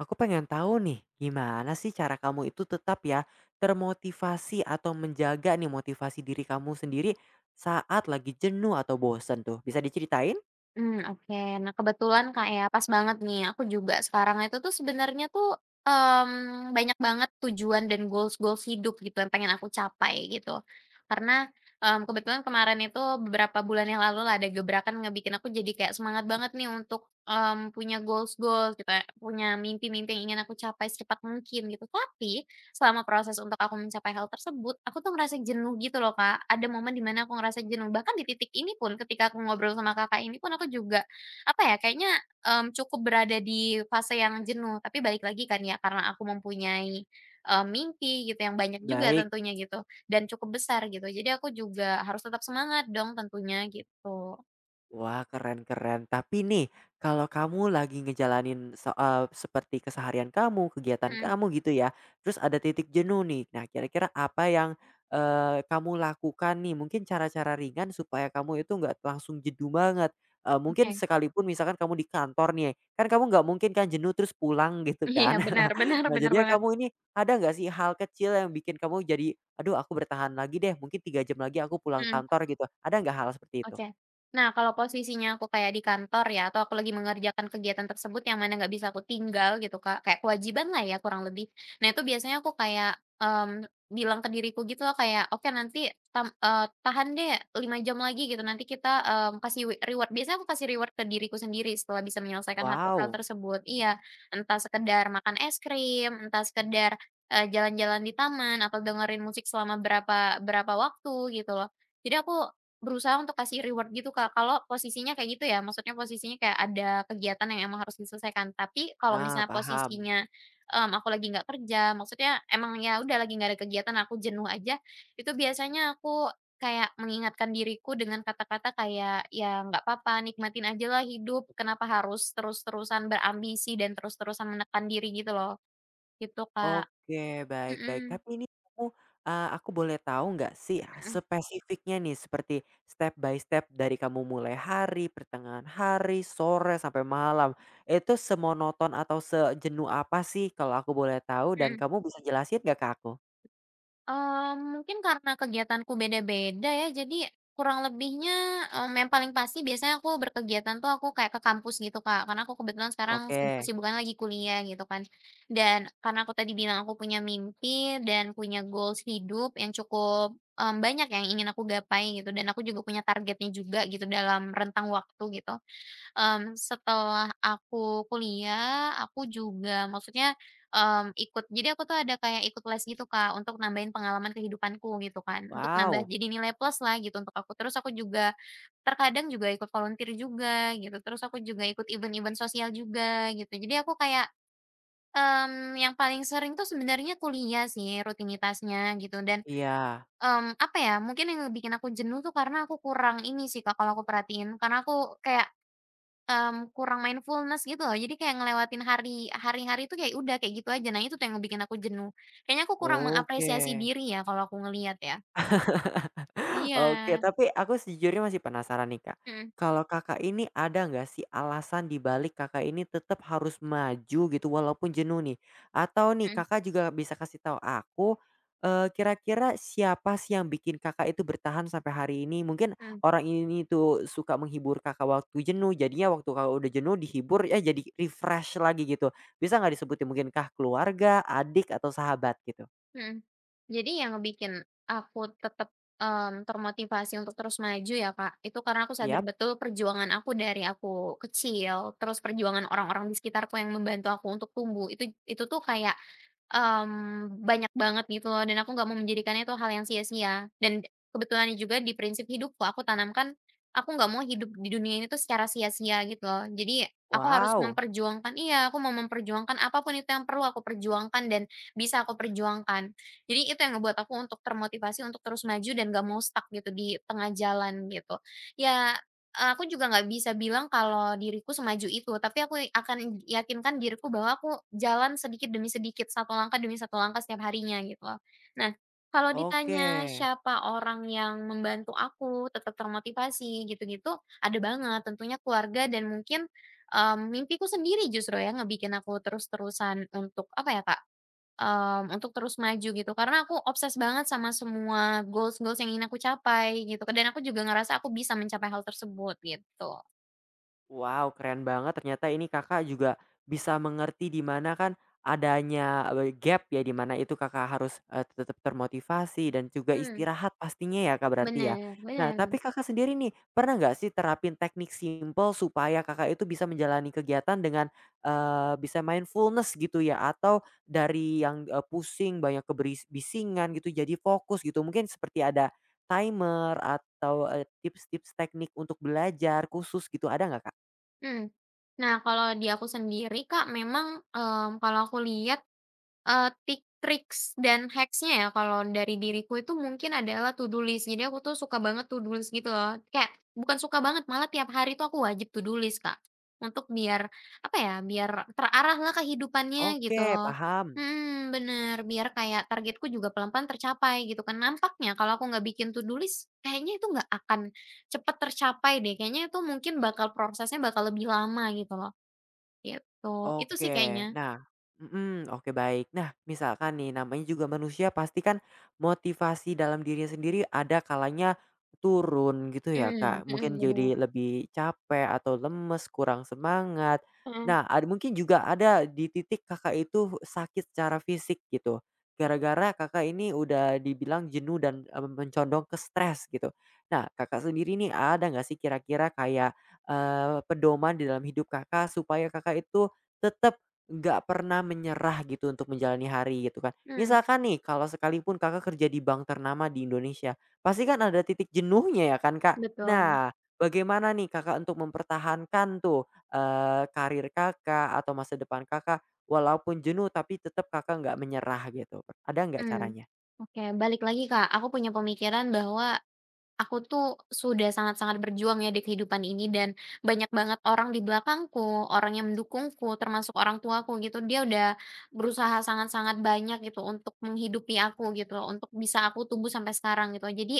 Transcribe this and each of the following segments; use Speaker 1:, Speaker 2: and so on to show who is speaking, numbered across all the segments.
Speaker 1: Aku pengen tahu nih, gimana sih cara kamu itu tetap ya termotivasi atau menjaga nih motivasi diri kamu sendiri saat lagi jenuh atau bosen tuh? Bisa diceritain?
Speaker 2: Oke. Nah, kebetulan, Kak, ya, pas banget nih, aku juga sekarang itu tuh sebenarnya tuh, banyak banget tujuan dan goals-goals hidup gitu yang pengen aku capai gitu. Karena, kebetulan kemarin itu beberapa bulan yang lalu lah ada gebrakan ngebikin aku jadi kayak semangat banget nih untuk, punya goals-goals gitu ya, punya mimpi-mimpi yang ingin aku capai secepat mungkin gitu. Tapi, selama proses untuk aku mencapai hal tersebut, aku tuh ngerasa jenuh gitu loh, Kak. Ada momen di mana aku ngerasa jenuh, bahkan di titik ini pun ketika aku ngobrol sama Kakak ini pun aku juga, apa ya, kayaknya, cukup berada di fase yang jenuh. Tapi balik lagi kan ya, karena aku mempunyai, mimpi gitu yang banyak juga
Speaker 1: Baik.
Speaker 2: tentunya gitu, dan cukup besar gitu. Jadi aku juga harus tetap semangat dong tentunya gitu.
Speaker 1: Wah, keren keren. Tapi nih, kalau kamu lagi ngejalanin seperti keseharian kamu, kegiatan
Speaker 2: Mhm,
Speaker 1: kamu gitu ya, terus ada titik jenuh nih. Nah, kira-kira apa yang, kamu lakukan nih? Mungkin cara-cara ringan supaya kamu itu nggak langsung jenuh banget. Eee, mungkin
Speaker 2: oke.
Speaker 1: sekalipun misalkan kamu di kantor nih, kan kamu nggak mungkin kan jenuh terus pulang gitu
Speaker 2: Iya,
Speaker 1: kan.
Speaker 2: benar benar
Speaker 1: Nah,
Speaker 2: benar
Speaker 1: jadinya
Speaker 2: banget.
Speaker 1: kamu ini ada nggak sih hal kecil yang bikin kamu jadi, "Aduh aku bertahan lagi deh, mungkin 3 jam lagi aku pulang
Speaker 2: Mhm.
Speaker 1: kantor," gitu. Ada nggak hal seperti itu?
Speaker 2: Oke. Nah, kalau posisinya aku kayak di kantor ya, atau aku lagi mengerjakan kegiatan tersebut yang mana nggak bisa aku tinggal gitu, Kak. Kayak kewajiban lah ya kurang lebih. Nah, itu biasanya aku kayak, bilang ke diriku gitu loh kayak, "Oke nanti tahan deh 5 jam lagi gitu, nanti kita, kasih we reward." Biasanya aku kasih reward ke diriku sendiri setelah bisa menyelesaikan hal hal
Speaker 1: Wow.
Speaker 2: tersebut. Iya, entah sekedar makan es krim, entah sekedar, jalan-jalan di taman, atau dengerin musik selama berapa berapa waktu gitu loh. Jadi aku berusaha untuk kasih reward gitu, Kak, kalau posisinya kayak gitu ya, maksudnya posisinya kayak ada kegiatan yang emang harus diselesaikan. Tapi kalau
Speaker 1: Ah,
Speaker 2: misalnya
Speaker 1: paham.
Speaker 2: posisinya, aku lagi nggak kerja, maksudnya emang ya udah lagi nggak ada kegiatan, aku jenuh aja, itu biasanya aku kayak mengingatkan diriku dengan kata-kata kayak, "Ya nggak papa, nikmatin ajalah hidup, kenapa harus terus-terusan berambisi dan terus-terusan menekan diri," gitu loh. Gitu, Kak.
Speaker 1: Oke, baik baik.
Speaker 2: Mhm,
Speaker 1: Tapi ini kamu, aku boleh tahu nggak sih ah,
Speaker 2: mhm,
Speaker 1: spesifiknya nih seperti step by step dari kamu mulai hari, pertengahan hari, sore, sampai malam. Itu semonoton atau sejenuh apa sih kalau aku boleh tahu dan
Speaker 2: mhm.
Speaker 1: kamu bisa jelasin nggak ke aku?
Speaker 2: Mungkin karena kegiatanku beda-beda ya, jadi kurang lebihnya, yang paling pasti biasanya aku berkegiatan tuh aku kayak ke kampus gitu, Kak. Karena aku kebetulan sekarang
Speaker 1: Oke.
Speaker 2: sibuk-kesibukannya lagi kuliah gitu kan. Dan karena aku tadi bilang aku punya mimpi dan punya goals hidup yang cukup, banyak yang ingin aku gapai gitu dan aku juga punya targetnya juga gitu dalam rentang waktu gitu. Setelah aku kuliah, aku juga maksudnya, ikut jadi aku tuh ada kayak ikut les gitu Kak, untuk nambahin pengalaman kehidupanku gitu kan, untuk nambah
Speaker 1: Wow.
Speaker 2: jadi nilai plus lah gitu untuk aku. Terus aku juga terkadang juga ikut volunteer juga gitu, terus aku juga ikut event-event sosial juga gitu. Jadi aku kayak, yang paling sering tuh sebenarnya kuliah sih rutinitasnya gitu dan,
Speaker 1: Iya.
Speaker 2: apa ya, mungkin yang bikin aku jenuh tuh karena aku kurang ini sih Kak, kalau aku perhatiin, karena aku kayak kurang mindfulness gitu loh, jadi kayak ngelewatin hari-hari itu kayak udah kayak gitu aja. Nah, itu tuh yang bikin aku jenuh. Kayaknya aku kurang
Speaker 1: Oke.
Speaker 2: mengapresiasi diri ya kalau aku ngelihat ya. Iya,
Speaker 1: Oke, tapi aku sejujurnya masih penasaran nih, Kak.
Speaker 2: mhm
Speaker 1: Kalau Kakak ini ada nggak sih alasan di balik Kakak ini tetap harus maju gitu walaupun jenuh nih? Atau nih
Speaker 2: mhm
Speaker 1: Kakak juga bisa kasih tahu aku, kira-kira siapa sih yang bikin Kakak itu bertahan sampai hari ini? Mungkin
Speaker 2: mhm
Speaker 1: orang ini tuh suka menghibur Kakak waktu jenuh, jadinya waktu Kakak udah jenuh dihibur, ya jadi refresh lagi gitu. Bisa nggak disebutin mungkin kah keluarga, adik, atau sahabat gitu?
Speaker 2: mhm. Jadi yang ngebikin aku tetap, termotivasi untuk terus maju ya, Kak, itu karena aku sadar
Speaker 1: Yap.
Speaker 2: betul perjuangan aku dari aku kecil, terus perjuangan orang-orang di sekitarku yang membantu aku untuk tumbuh, itu tuh kayak banyak banget gitu loh dan aku nggak mau menjadikannya itu hal yang sia-sia dan kebetulannya juga di prinsip hidupku aku tanamkan, aku nggak mau hidup di dunia ini tuh secara sia-sia gitu loh. Jadi aku harus
Speaker 1: Wow,
Speaker 2: memperjuangkan iya, aku mau memperjuangkan apa pun itu yang perlu aku perjuangkan dan bisa aku perjuangkan. Jadi itu yang ngebuat aku untuk termotivasi untuk terus maju dan nggak mau stuck gitu di tengah jalan gitu. Ya, aku juga nggak bisa bilang kalau diriku semaju itu, tapi aku akan yakinkan diriku bahwa aku jalan sedikit demi sedikit, satu langkah demi satu langkah setiap harinya gitu loh. Nah, kalau
Speaker 1: oke.
Speaker 2: ditanya siapa orang yang membantu aku tetap termotivasi gitu-gitu, ada banget, tentunya keluarga dan mungkin, mimpiku sendiri justru ya ngebikin aku terus-terusan untuk apa ya Kak, untuk terus maju gitu karena aku obses banget sama semua goals-goals yang ingin aku capai gitu kan dan aku juga ngerasa aku bisa mencapai hal tersebut gitu.
Speaker 1: Wow, keren banget ternyata ini Kakak juga bisa mengerti di mana kan adanya, gap ya, di mana itu Kakak harus, tetap termotivasi dan juga
Speaker 2: Mhm,
Speaker 1: istirahat pastinya ya, Kak, berarti ya.
Speaker 2: bener bener
Speaker 1: Nah, tapi
Speaker 2: bener,
Speaker 1: Kakak sendiri nih, pernah nggak sih terapin teknik simple supaya Kakak itu bisa menjalani kegiatan dengan, bisa mindfulness gitu ya, atau dari yang, pusing banyak kebisingan gitu jadi fokus gitu, mungkin seperti ada timer atau, tips-tips teknik untuk belajar khusus gitu, ada nggak, Kak?
Speaker 2: mhm. Nah kalau di aku sendiri Kak memang, kalau aku lihat tik triks dan hacksnya ya kalau dari diriku itu mungkin adalah to do list. Jadi aku tuh suka banget to do list gitu loh. Kayak bukan suka banget, malah tiap hari tuh aku wajib to do list, Kak. Untuk biar, apa ya, biar terarah lah kehidupannya gitu
Speaker 1: Oke,
Speaker 2: loh.
Speaker 1: paham.
Speaker 2: Hmm bener, biar kayak targetku juga pelan-pelan tercapai gitu kan. Nampaknya kalau aku nggak bikin to do list, kayaknya itu nggak akan cepet tercapai deh. Kayaknya itu mungkin bakal prosesnya bakal lebih lama gitu loh, gitu. Itu sih
Speaker 1: Oke.
Speaker 2: kayaknya.
Speaker 1: Nah mhm, oke baik. Nah, misalkan nih namanya juga manusia pasti kan motivasi dalam dirinya sendiri ada kalanya turun gitu ya,
Speaker 2: Hmm
Speaker 1: Kak.
Speaker 2: mhm,
Speaker 1: Mungkin
Speaker 2: bener.
Speaker 1: jadi lebih capek atau lemes, kurang semangat.
Speaker 2: Mhm.
Speaker 1: Nah, mungkin juga ada di titik Kakak itu sakit secara fisik gitu, gara-gara Kakak ini udah dibilang jenuh dan, mencondong ke stres gitu. Nah, Kakak sendiri nih ada nggak sih kira-kira kayak, pedoman di dalam hidup Kakak supaya Kakak itu tetap nggak pernah menyerah gitu untuk menjalani hari gitu kan.
Speaker 2: Hmm
Speaker 1: Misalkan nih kalau sekalipun Kakak kerja di bank ternama di Indonesia, pasti kan ada titik jenuhnya ya kan, Kak.
Speaker 2: betul,
Speaker 1: Nah, bagaimana nih Kakak untuk mempertahankan tuh, karir Kakak atau masa depan Kakak walaupun jenuh tapi tetap Kakak nggak menyerah gitu? Ada nggak
Speaker 2: hmm
Speaker 1: caranya?
Speaker 2: oke, balik lagi, Kak, aku punya pemikiran bahwa aku tuh sudah sangat-sangat berjuang ya di kehidupan ini dan banyak banget orang di belakangku, orang yang mendukungku, termasuk orang tuaku gitu, dia udah berusaha sangat-sangat banyak gitu untuk menghidupi aku gitu, untuk bisa aku tumbuh sampai sekarang gitu. Jadi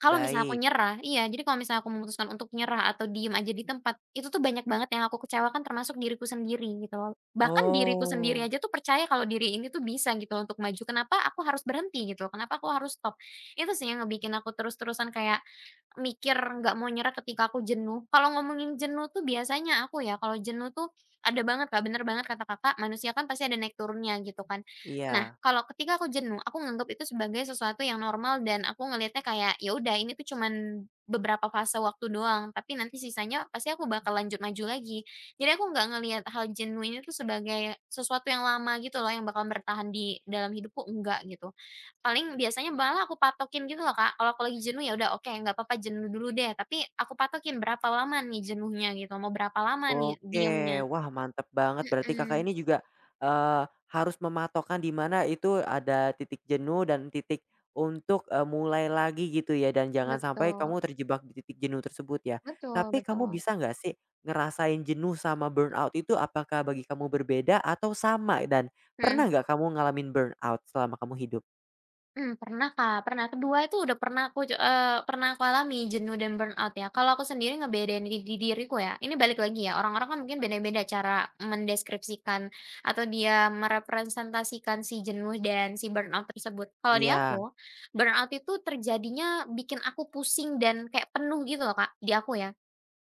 Speaker 2: kalau misalnya aku
Speaker 1: Baik.
Speaker 2: nyerah iya, jadi kalau misalnya aku memutuskan untuk nyerah atau diem aja di tempat, itu tuh banyak banget yang aku kecewakan termasuk diriku sendiri gitu loh. Bahkan diriku sendiri
Speaker 1: Oh,
Speaker 2: aja tuh percaya kalau diri ini tuh bisa gitu loh untuk maju, kenapa aku harus berhenti gitu, loh? Kenapa aku harus stop. Itu sih yang ngebikin aku terus-terusan kayak mikir nggak mau nyerah ketika aku jenuh. Kalau ngomongin jenuh tuh biasanya aku ya, kalau jenuh tuh ada banget Kak, bener banget kata Kakak, manusia kan pasti ada naik turunnya gitu kan. Nah,
Speaker 1: iya.
Speaker 2: kalau ketika aku jenuh, aku nganggap itu sebagai sesuatu yang normal dan aku ngelihatnya kayak, ya udah ini tuh cuman beberapa fase waktu doang, tapi nanti sisanya pasti aku bakal lanjut maju lagi. Jadi aku nggak ngelihat hal jenuh ini tuh sebagai sesuatu yang lama gitu loh, yang bakal bertahan di dalam hidupku, enggak gitu. Paling biasanya malah aku patokin gitu loh, Kak. Kalau aku lagi jenuh ya udah oke, nggak apa-apa jenuh dulu deh, tapi aku patokin berapa lama nih jenuhnya gitu, mau berapa lama nih
Speaker 1: Oke,
Speaker 2: diemnya.
Speaker 1: wah mantep banget berarti Kakak
Speaker 2: Mhm.
Speaker 1: ini juga, harus mematokkan di mana itu ada titik jenuh dan titik untuk, mulai lagi gitu ya dan jangan sampai
Speaker 2: Betul,
Speaker 1: kamu terjebak di titik jenuh tersebut ya.
Speaker 2: betul
Speaker 1: Tapi kamu
Speaker 2: betul.
Speaker 1: bisa nggak sih ngerasain jenuh sama burnout itu apakah bagi kamu berbeda atau sama? Dan
Speaker 2: Mhm.
Speaker 1: pernah nggak kamu ngalamin burnout selama kamu hidup?
Speaker 2: Pernah Kak, pernah. Kedua itu udah pernah aku pernah aku alami jenuh dan burnout ya. Kalau aku sendiri ngebedain di diriku ya, ini balik lagi ya, orang-orang kan mungkin beda-beda cara mendeskripsikan atau dia merepresentasikan si jenuh dan si burnout tersebut. Kalau di
Speaker 1: Iya,
Speaker 2: aku, burnout itu terjadinya bikin aku pusing dan kayak penuh gitu loh Kak, di aku ya,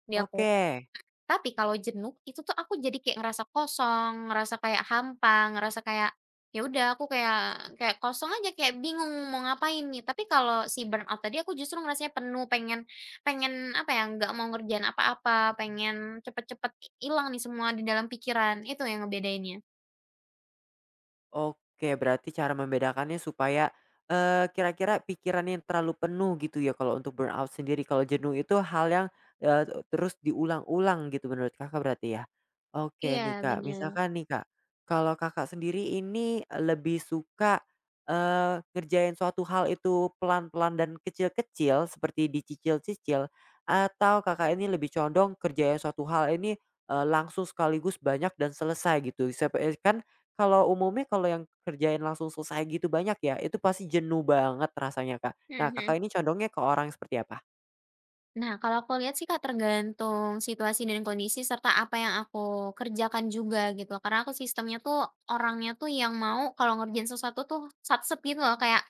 Speaker 2: di aku.
Speaker 1: oke.
Speaker 2: Tapi kalau jenuh, itu tuh aku jadi kayak ngerasa kosong, ngerasa kayak hampa, ngerasa kayak, ya udah aku kayak kayak kosong aja, kayak bingung mau ngapain nih. Tapi kalau si burnout tadi aku justru ngerasanya penuh, pengen pengen apa ya, nggak mau ngerjain apa-apa, pengen cepet-cepet hilang nih semua di dalam pikiran. Itu yang ngebedainnya.
Speaker 1: Oke, berarti cara membedakannya supaya, kira-kira pikirannya yang terlalu penuh gitu ya kalau untuk burnout sendiri, kalau jenuh itu hal yang, eee, terus diulang-ulang gitu menurut Kakak berarti ya? Oke nih
Speaker 2: Iya,
Speaker 1: Kak,
Speaker 2: bener.
Speaker 1: misalkan nih Kak, kalau Kakak sendiri ini lebih suka, ngerjain suatu hal itu pelan-pelan dan kecil-kecil seperti dicicil-cicil, atau Kakak ini lebih condong kerjain suatu hal ini, langsung sekaligus banyak dan selesai gitu? Kan kalau umumnya kalau yang kerjain langsung selesai gitu banyak ya, itu pasti jenuh banget rasanya, Kak. Nah,
Speaker 2: Mhm.
Speaker 1: Kakak ini condongnya ke orang yang seperti apa?
Speaker 2: Nah, kalau aku lihat sih Kak, tergantung situasi dan kondisi serta apa yang aku kerjakan juga gitu. Karena aku sistemnya tuh orangnya tuh yang mau kalau ngerjain sesuatu tuh sat-set gitu loh, kayak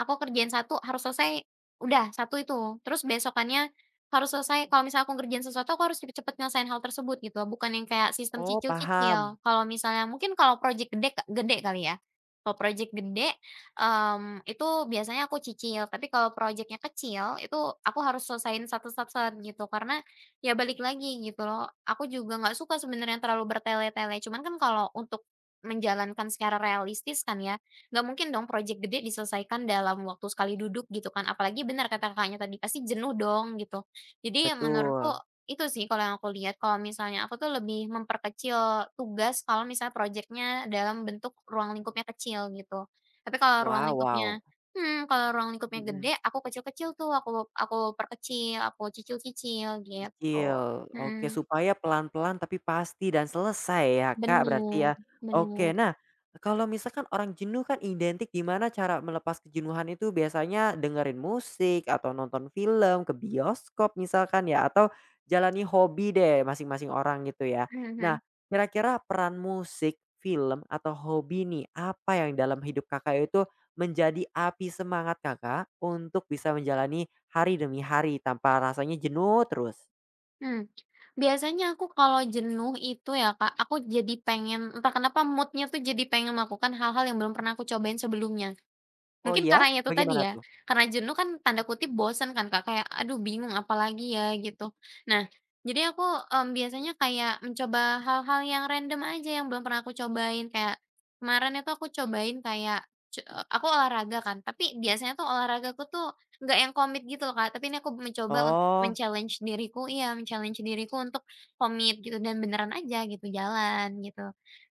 Speaker 2: aku kerjain satu harus selesai, udah satu itu. Terus besokannya harus selesai kalau misalnya aku ngerjain sesuatu, aku harus cepet-cepet nyelesain hal tersebut gitu, bukan yang kayak sistem
Speaker 1: Oh, paham.
Speaker 2: cicil-cicil. Kalau misalnya mungkin kalau project gede gede kali ya. Kalau project gede, itu biasanya aku cicil, tapi kalau project kecil, itu aku harus selesain satu sat gitu. Karena ya balik lagi gitu loh, aku juga nggak suka sebenarnya terlalu bertele-tele, cuman kan kalau untuk menjalankan secara realistis kan ya, nggak mungkin dong project gede diselesaikan dalam waktu sekali duduk gitu kan, apalagi benar kata Kakaknya tadi, pasti jenuh dong gitu. Jadi menurutku
Speaker 1: Betul.
Speaker 2: itu sih kalau yang aku lihat, kalau misalnya aku tuh lebih memperkecil tugas kalau misalnya projectnya dalam bentuk ruang lingkupnya kecil gitu. Tapi kalau ruang
Speaker 1: Wow
Speaker 2: lingkupnya
Speaker 1: wow.
Speaker 2: hmm kalau ruang lingkupnya gede,
Speaker 1: Mhm.
Speaker 2: aku kecil-kecil tuh, aku perkecil, aku cicil-cicil gitu.
Speaker 1: Kecil, oke,
Speaker 2: Mhm,
Speaker 1: supaya pelan-pelan tapi pasti dan selesai ya, Kak, berarti
Speaker 2: bener
Speaker 1: ya.
Speaker 2: bener,
Speaker 1: Oke, nah, kalau misalkan orang jenuh kan identik gimana cara melepas kejenuhan itu biasanya dengerin musik atau nonton film, ke bioskop misalkan ya, atau jalani hobi deh masing-masing orang gitu ya. Nah, kira-kira peran musik, film, atau hobi nih, apa yang dalam hidup Kakak itu menjadi api semangat Kakak untuk bisa menjalani hari demi hari tanpa rasanya jenuh terus?
Speaker 2: Hmm, biasanya aku kalau jenuh itu ya Kak, aku jadi pengen entah kenapa moodnya tuh jadi pengen melakukan hal-hal yang belum pernah aku cobain sebelumnya.
Speaker 1: Oh
Speaker 2: Mungkin
Speaker 1: iya?
Speaker 2: karena ya itu tadi
Speaker 1: Bagaimana
Speaker 2: ya,
Speaker 1: tuh?
Speaker 2: karena jenuh kan tanda kutip bosan kan Kak, kayak, "Aduh bingung apalagi ya," gitu. Nah, jadi aku, biasanya kayak mencoba hal-hal yang random aja yang belum pernah aku cobain, kayak kemarin itu aku cobain kayak ce aku olahraga kan, tapi biasanya tuh olahragaku tuh nggak yang komit gitu loh Kak, tapi ini aku mencoba untuk
Speaker 1: Oh,
Speaker 2: men-challenge diriku iya men-challenge diriku untuk komit gitu dan beneran aja gitu, jalan gitu.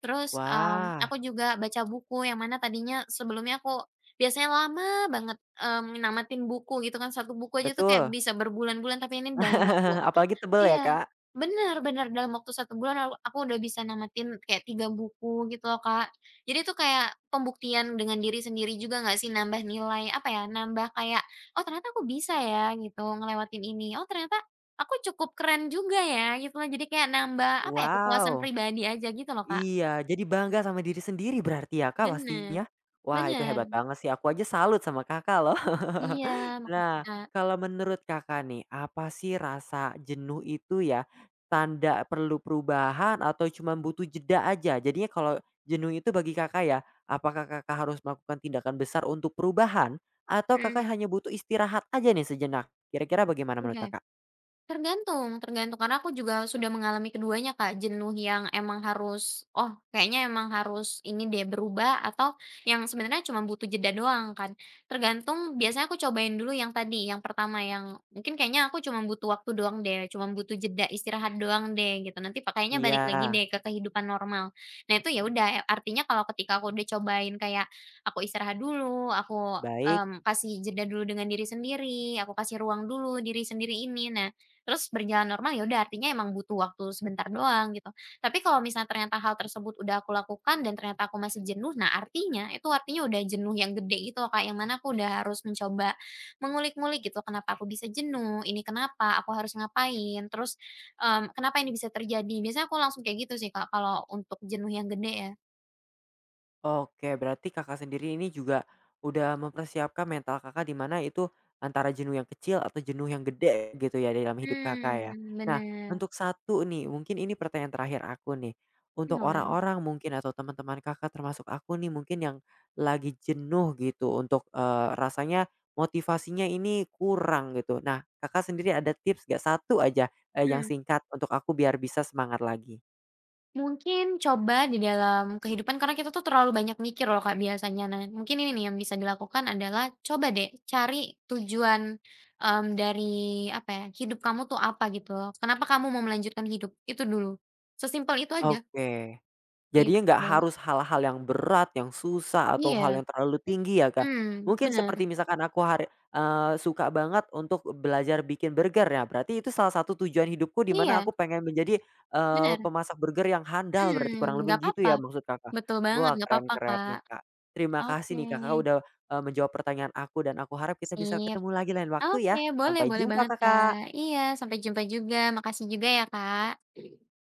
Speaker 2: Terus,
Speaker 1: wah,
Speaker 2: aku juga baca buku yang mana tadinya sebelumnya aku biasanya lama banget, nyamatin buku gitu kan, satu buku aja tuh kayak
Speaker 1: betul.
Speaker 2: bisa berbulan-bulan, tapi ini dalam waktu
Speaker 1: Apalagi tebel
Speaker 2: iya,
Speaker 1: ya, Kak.
Speaker 2: bener bener, dalam waktu 1 bulan aku udah bisa namatin kayak 3 buku gitu loh, Kak. Jadi itu kayak pembuktian dengan diri sendiri juga nggak sih, nambah nilai, apa ya, nambah kayak, "Oh ternyata aku bisa ya," gitu, "ngelewatin ini. Oh ternyata aku cukup keren juga ya," gitu loh. Jadi kayak nambah, apa ya, kepuasan
Speaker 1: Wow.
Speaker 2: pribadi aja gitu loh, Kak.
Speaker 1: Iya, jadi bangga sama diri sendiri berarti ya, Kak,
Speaker 2: Bener
Speaker 1: pastinya? Wah, itu
Speaker 2: bener.
Speaker 1: hebat banget sih, aku aja salut sama Kakak loh.
Speaker 2: Iya, makasih,
Speaker 1: Nah,
Speaker 2: Kak.
Speaker 1: kalau menurut Kakak nih, apa sih rasa jenuh itu ya, tanda perlu perubahan atau cuma butuh jeda aja? Jadinya kalau jenuh itu bagi Kakak ya, apakah Kakak harus melakukan tindakan besar untuk perubahan atau Kakak
Speaker 2: Mhm,
Speaker 1: hanya butuh istirahat aja nih sejenak? Kira-kira bagaimana menurut
Speaker 2: oke.
Speaker 1: Kakak?
Speaker 2: Tergantung tergantung, karena aku juga sudah mengalami keduanya, Kak. Jenuh yang emang harus, "Oh, kayaknya emang harus ini deh, berubah," atau yang sebenarnya cuma butuh jeda doang kan. Tergantung, biasanya aku cobain dulu yang tadi, yang pertama yang mungkin kayaknya aku cuma butuh waktu doang deh, cuma butuh jeda istirahat doang deh gitu, nanti pakainya
Speaker 1: Iya,
Speaker 2: balik lagi deh ke kehidupan normal. Nah itu ya udah, e, artinya kalau ketika aku udah cobain kayak aku istirahat dulu, aku,
Speaker 1: baik.
Speaker 2: kasih jeda dulu dengan diri sendiri, aku kasih ruang dulu diri sendiri ini, nah terus berjalan normal, ya udah artinya emang butuh waktu sebentar doang gitu. Tapi kalau misalnya ternyata hal tersebut udah aku lakukan dan ternyata aku masih jenuh, nah artinya itu artinya udah jenuh yang gede gitu loh Kak, yang mana aku udah harus mencoba mengulik-ngulik gitu, kenapa aku bisa jenuh, ini kenapa, aku harus ngapain, terus, kenapa ini bisa terjadi. Biasanya aku langsung kayak gitu sih Kak, kalau untuk jenuh yang gede ya.
Speaker 1: Oke, berarti Kakak sendiri ini juga udah mempersiapkan mental Kakak di mana itu antara jenuh yang kecil atau jenuh yang gede gitu ya dalam hidup Kakak ya. Nah,
Speaker 2: Bener.
Speaker 1: untuk satu nih, mungkin ini pertanyaan terakhir aku nih. Untuk
Speaker 2: Boleh.
Speaker 1: orang-orang mungkin atau teman-teman Kakak termasuk aku nih mungkin yang lagi jenuh gitu untuk eh, rasanya motivasinya ini kurang gitu. Nah, Kakak sendiri ada tips gak satu aja eh, yang
Speaker 2: Mmm.
Speaker 1: singkat untuk aku biar bisa semangat lagi.
Speaker 2: Mungkin coba di dalam kehidupan karena kita tuh terlalu banyak mikir loh Kak biasanya. Nah, mungkin ini nih yang bisa dilakukan adalah coba deh cari tujuan, dari apa ya, hidup kamu tuh apa gitu. Kenapa kamu mau melanjutkan hidup? Itu dulu. Sesimpel itu aja,
Speaker 1: Oke. Jadinya nggak
Speaker 2: gitu.
Speaker 1: harus hal-hal yang berat, yang susah, atau hal
Speaker 2: Iya,
Speaker 1: yang terlalu tinggi ya, Kak.
Speaker 2: hmm
Speaker 1: Mungkin
Speaker 2: benar.
Speaker 1: seperti misalkan aku hari suka banget untuk belajar bikin burger ya, berarti itu salah satu tujuan hidupku di mana
Speaker 2: Iya,
Speaker 1: aku pengen menjadi,
Speaker 2: benar
Speaker 1: pemasak burger yang handal berarti kurang
Speaker 2: hmm nggak
Speaker 1: lebih begitu
Speaker 2: apa-apa.
Speaker 1: ya maksud Kakak?
Speaker 2: Betul banget,
Speaker 1: Wah
Speaker 2: nggak
Speaker 1: keren
Speaker 2: apa-apa
Speaker 1: keren
Speaker 2: Kak.
Speaker 1: wah, Kak. Terima kasih
Speaker 2: Oke,
Speaker 1: nih Kakak udah, menjawab pertanyaan aku dan aku harap kita bisa
Speaker 2: sip.
Speaker 1: ketemu lagi lain waktu
Speaker 2: Oke,
Speaker 1: ya.
Speaker 2: boleh
Speaker 1: Sampai
Speaker 2: boleh
Speaker 1: jumpa
Speaker 2: banget Kak.
Speaker 1: Kakak.
Speaker 2: Iya, sampai jumpa juga. Makasih juga ya Kak.